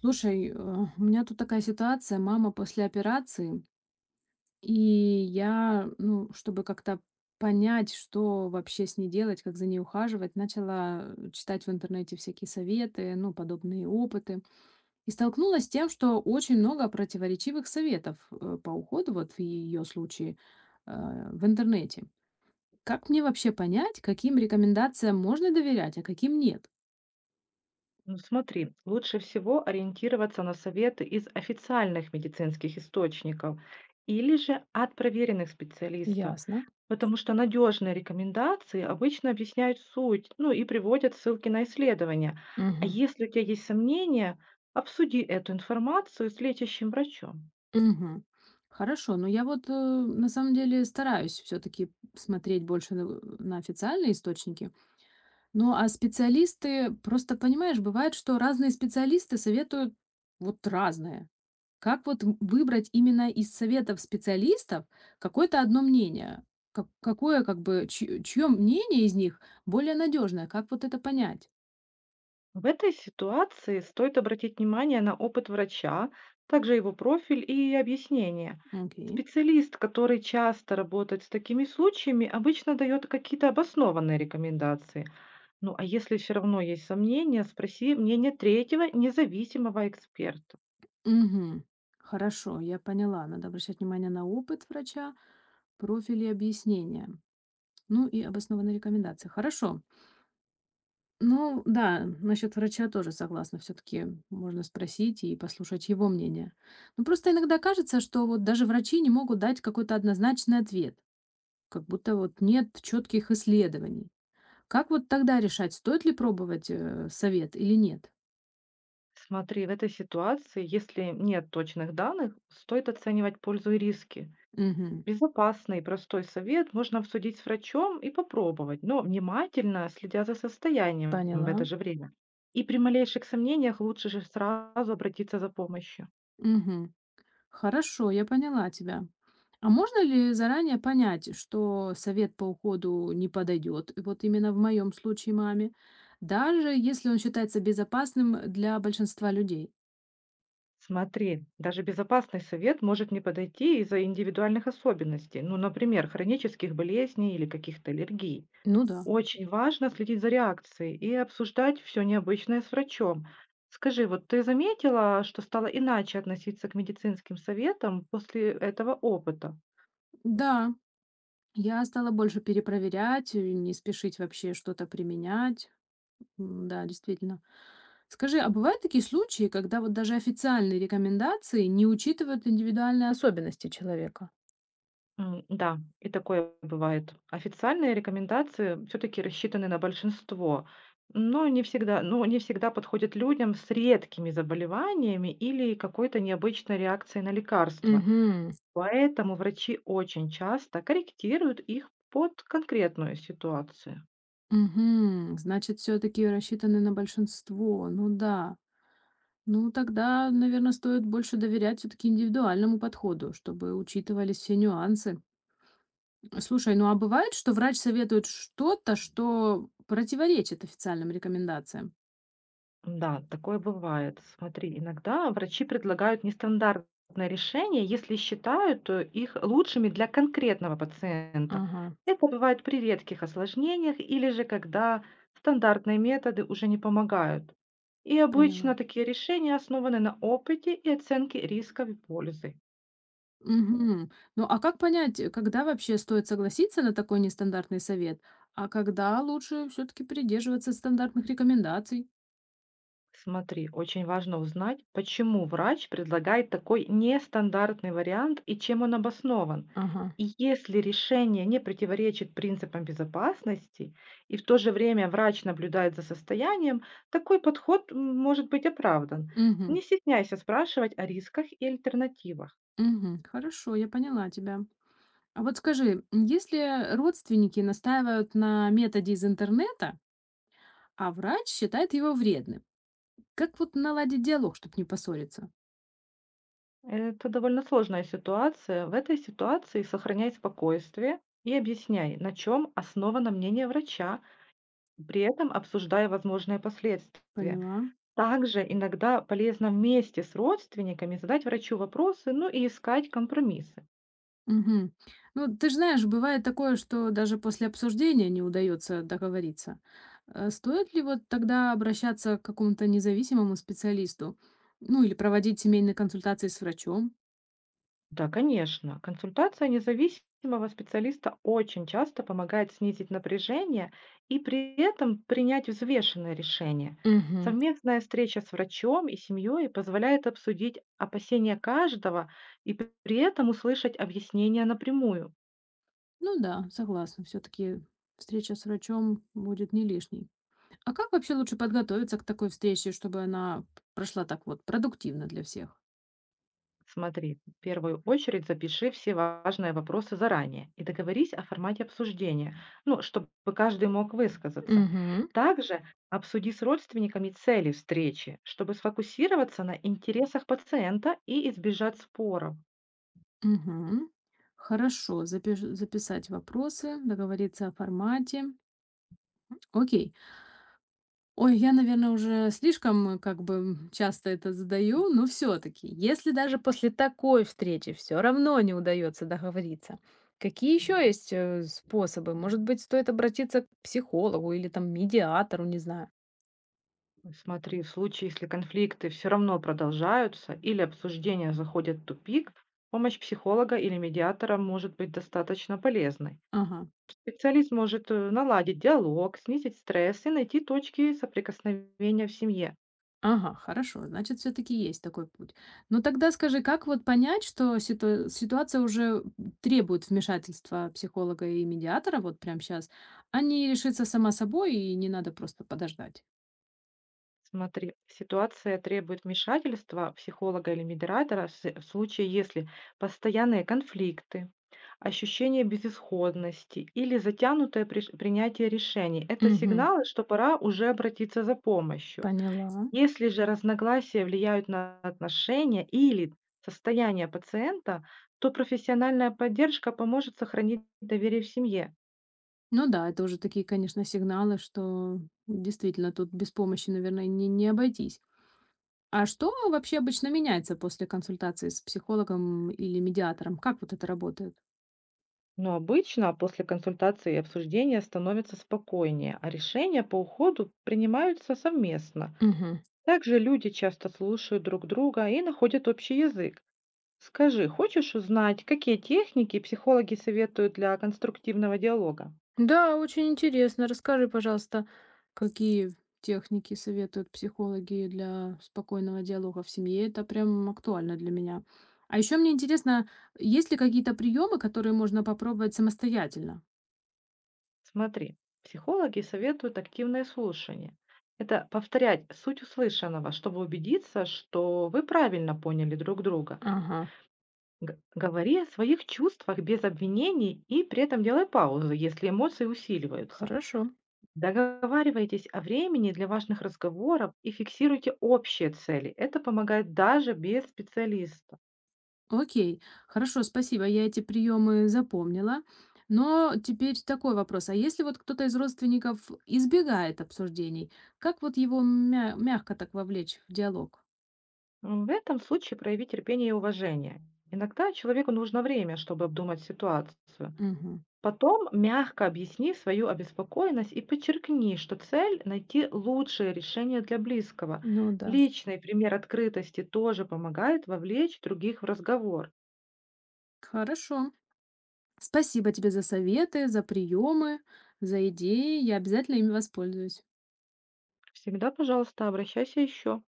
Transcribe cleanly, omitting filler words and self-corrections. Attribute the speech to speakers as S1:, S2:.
S1: Слушай, у меня тут такая ситуация. Мама после операции, и я, ну, чтобы как-то понять, что вообще с ней делать, как за ней ухаживать, начала читать в интернете всякие советы, ну, подобные опыты. И столкнулась с тем, что очень много противоречивых советов по уходу, вот в ее случае, в интернете. Как мне вообще понять, каким рекомендациям можно доверять, а каким нет?
S2: Ну смотри, лучше всего ориентироваться на советы из официальных медицинских источников или же от проверенных специалистов,
S1: Ясно.
S2: потому что надежные рекомендации обычно объясняют суть, ну и приводят ссылки на исследования. А
S1: Мгм.
S2: если у тебя есть сомнения, обсуди эту информацию с лечащим врачом.
S1: Мгм. Хорошо, но я вот, на самом деле стараюсь все таки смотреть больше на на официальные источники. Ну, а специалисты, просто понимаешь, бывает, что разные специалисты советуют вот разное. Как вот в выбрать именно из советов специалистов какое-то одно мнение? Как какое как бы чь чьё мнение из них более надежное? Как вот это понять?
S2: В этой ситуации стоит обратить внимание на опыт врача, также его профиль и объяснение.
S1: Окей.
S2: Специалист, который часто работает с такими случаями, обычно дает какие-то обоснованные рекомендации. Ну а если все равно есть сомнения, спроси мнение третьего независимого эксперта.
S1: Мгм. Хорошо, я поняла. Надо обращать внимание на опыт врача, профили объяснения. Ну и обоснованные рекомендации. Хорошо. Ну да, насчет врача тоже согласна. Все-таки можно спросить и послушать его мнение. Ну просто иногда кажется, что вот даже врачи не могут дать какой-то однозначный ответ, как будто вот нет четких исследований. Как вот тогда решать, стоит ли пробовать совет или нет?
S2: Смотри, в этой ситуации, если нет точных данных, стоит оценивать пользу и риски.
S1: Мгм.
S2: Безопасный и простой совет можно обсудить с врачом и попробовать, но внимательно следя за состоянием в
S1: Поняла.
S2: это же время. И при малейших сомнениях лучше же сразу обратиться за помощью.
S1: Мгм. Хорошо, я поняла тебя. А можно ли заранее понять, что совет по уходу не подойдет, вот именно в моем случае маме, даже если он считается безопасным для большинства людей?
S2: Смотри, даже безопасный совет может не подойти из-за индивидуальных особенностей, ну, например, хронических болезней или каких-то аллергий.
S1: Ну да.
S2: Очень важно следить за реакцией и обсуждать все необычное с врачом. Скажи, вот ты заметила, что стала иначе относиться к медицинским советам после этого опыта?
S1: Да, я стала больше перепроверять, не спешить вообще что-то применять. Да, действительно. Скажи, а бывают такие случаи, когда вот даже официальные рекомендации не учитывают индивидуальные особенности человека?
S2: М, да, и такое бывает. Официальные рекомендации все таки рассчитаны на большинство, но не всегда подходят людям с редкими заболеваниями или какой-то необычной реакцией на лекарства.
S1: Угу.
S2: Поэтому врачи очень часто корректируют их под конкретную ситуацию.
S1: Мгм. Значит, все таки рассчитаны на большинство. Ну да. Ну, тогда, наверное, стоит больше доверять все таки индивидуальному подходу, чтобы учитывались все нюансы. Слушай, ну а бывает, что врач советует что-то, что противоречит официальным рекомендациям?
S2: Да, такое бывает. Смотри, иногда врачи предлагают нестандартное решение, если считают их лучшими для конкретного пациента.
S1: Ага.
S2: Это бывает при редких осложнениях или же когда стандартные методы уже не помогают. И обычно
S1: Поняла.
S2: такие решения основаны на опыте и оценке рисков и пользы.
S1: Мгм. Ну, а как понять, когда вообще стоит согласиться на такой нестандартный совет, а когда лучше все таки придерживаться стандартных рекомендаций?
S2: Смотри, очень важно узнать, почему врач предлагает такой нестандартный вариант и чем он обоснован.
S1: Ага.
S2: И если решение не противоречит принципам безопасности, и в то же время врач наблюдает за состоянием, такой подход может быть оправдан.
S1: Мгм.
S2: Не стесняйся спрашивать о рисках и альтернативах.
S1: Мгм. Хорошо, я поняла тебя. А вот скажи, если родственники настаивают на методе из интернета, а врач считает его вредным, как вот наладить диалог, чтобы не поссориться?
S2: Это довольно сложная ситуация. В этой ситуации сохраняй спокойствие и объясняй, на чем основано мнение врача, при этом обсуждая возможные последствия.
S1: Поняла.
S2: Также иногда полезно вместе с родственниками задать врачу вопросы, ну и искать компромиссы.
S1: Мгм. Ну, ты же знаешь, бывает такое, что даже после обсуждения не удается договориться. Стоит ли вот тогда обращаться к какому-то независимому специалисту? Ну, или проводить семейные консультации с врачом?
S2: Да, конечно, консультация независимого специалиста очень часто помогает снизить напряжение и при этом принять взвешенное решение.
S1: Мгм.
S2: Совместная встреча с врачом и семьей позволяет обсудить опасения каждого и при этом услышать объяснения напрямую.
S1: Ну да, согласна. Все-таки встреча с врачом будет не лишней. А как вообще лучше подготовиться к такой встрече, чтобы она прошла так вот продуктивно для всех?
S2: Смотри, в первую очередь запиши все важные вопросы заранее и договорись о формате обсуждения, ну, чтобы каждый мог высказаться.
S1: Мгм.
S2: Также обсуди с родственниками цели встречи, чтобы сфокусироваться на интересах пациента и избежать споров.
S1: Мгм. Хорошо, записать вопросы, договориться о формате. Окей. Ой, я, наверное, уже слишком как бы часто это задаю, но все-таки, если даже после такой встречи все равно не удается договориться, какие еще есть способы? Может быть, стоит обратиться к психологу или там медиатору, не знаю.
S2: Смотри, в случае, если конфликты все равно продолжаются или обсуждение заходит в тупик, помощь психолога или медиатора может быть достаточно полезной.
S1: Ага.
S2: Специалист может наладить диалог, снизить стресс и найти точки соприкосновения в семье.
S1: Ага, хорошо, значит, все таки есть такой путь. Но тогда скажи, как вот понять, что ситуация уже требует вмешательства психолога и медиатора вот прямо сейчас, а не решится сама собой и не надо просто подождать?
S2: Смотри, ситуация требует вмешательства психолога или медиатора в случае, если постоянные конфликты, ощущение безысходности или затянутое принятие решений– это
S1: Мгм.
S2: сигналы, что пора уже обратиться за помощью.
S1: Поняла.
S2: Если же разногласия влияют на отношения или состояние пациента, то профессиональная поддержка поможет сохранить доверие в семье.
S1: Ну да, это уже такие, конечно, сигналы, что действительно тут без помощи, наверное, не обойтись. А что вообще обычно меняется после консультации с психологом или медиатором? Как вот это работает?
S2: Но обычно после консультации и обсуждения становится спокойнее, а решения по уходу принимаются совместно.
S1: Мгм.
S2: Также люди часто слушают друг друга и находят общий язык. Скажи, хочешь узнать, какие техники психологи советуют для конструктивного диалога?
S1: Да, очень интересно. Расскажи, пожалуйста, какие техники советуют психологи для спокойного диалога в семье. Это прям актуально для меня. А еще мне интересно, есть ли какие-то приемы, которые можно попробовать самостоятельно?
S2: Смотри, психологи советуют активное слушание. Это повторять суть услышанного, чтобы убедиться, что вы правильно поняли друг друга.
S1: Ага,
S2: Говори о своих чувствах без обвинений и при этом делай паузы, если эмоции усиливаются.
S1: хорошо.
S2: Договаривайтесь о времени для важных разговоров и фиксируйте общие цели. Это помогает даже без специалиста.
S1: Окей, хорошо, спасибо, я эти приемы запомнила. Но теперь такой вопрос. А если вот кто-то из родственников избегает обсуждений, как вот его мягко так вовлечь в диалог?
S2: В этом случае прояви терпение и уважение. Иногда человеку нужно время, чтобы обдумать ситуацию.
S1: Мгм.
S2: Потом мягко объясни свою обеспокоенность и подчеркни, что цель– найти лучшее решение для близкого.
S1: Ну да.
S2: Личный пример открытости тоже помогает вовлечь других в разговор.
S1: Хорошо. Спасибо тебе за советы, за приемы, за идеи. Я обязательно ими воспользуюсь.
S2: Всегда, пожалуйста, обращайся еще.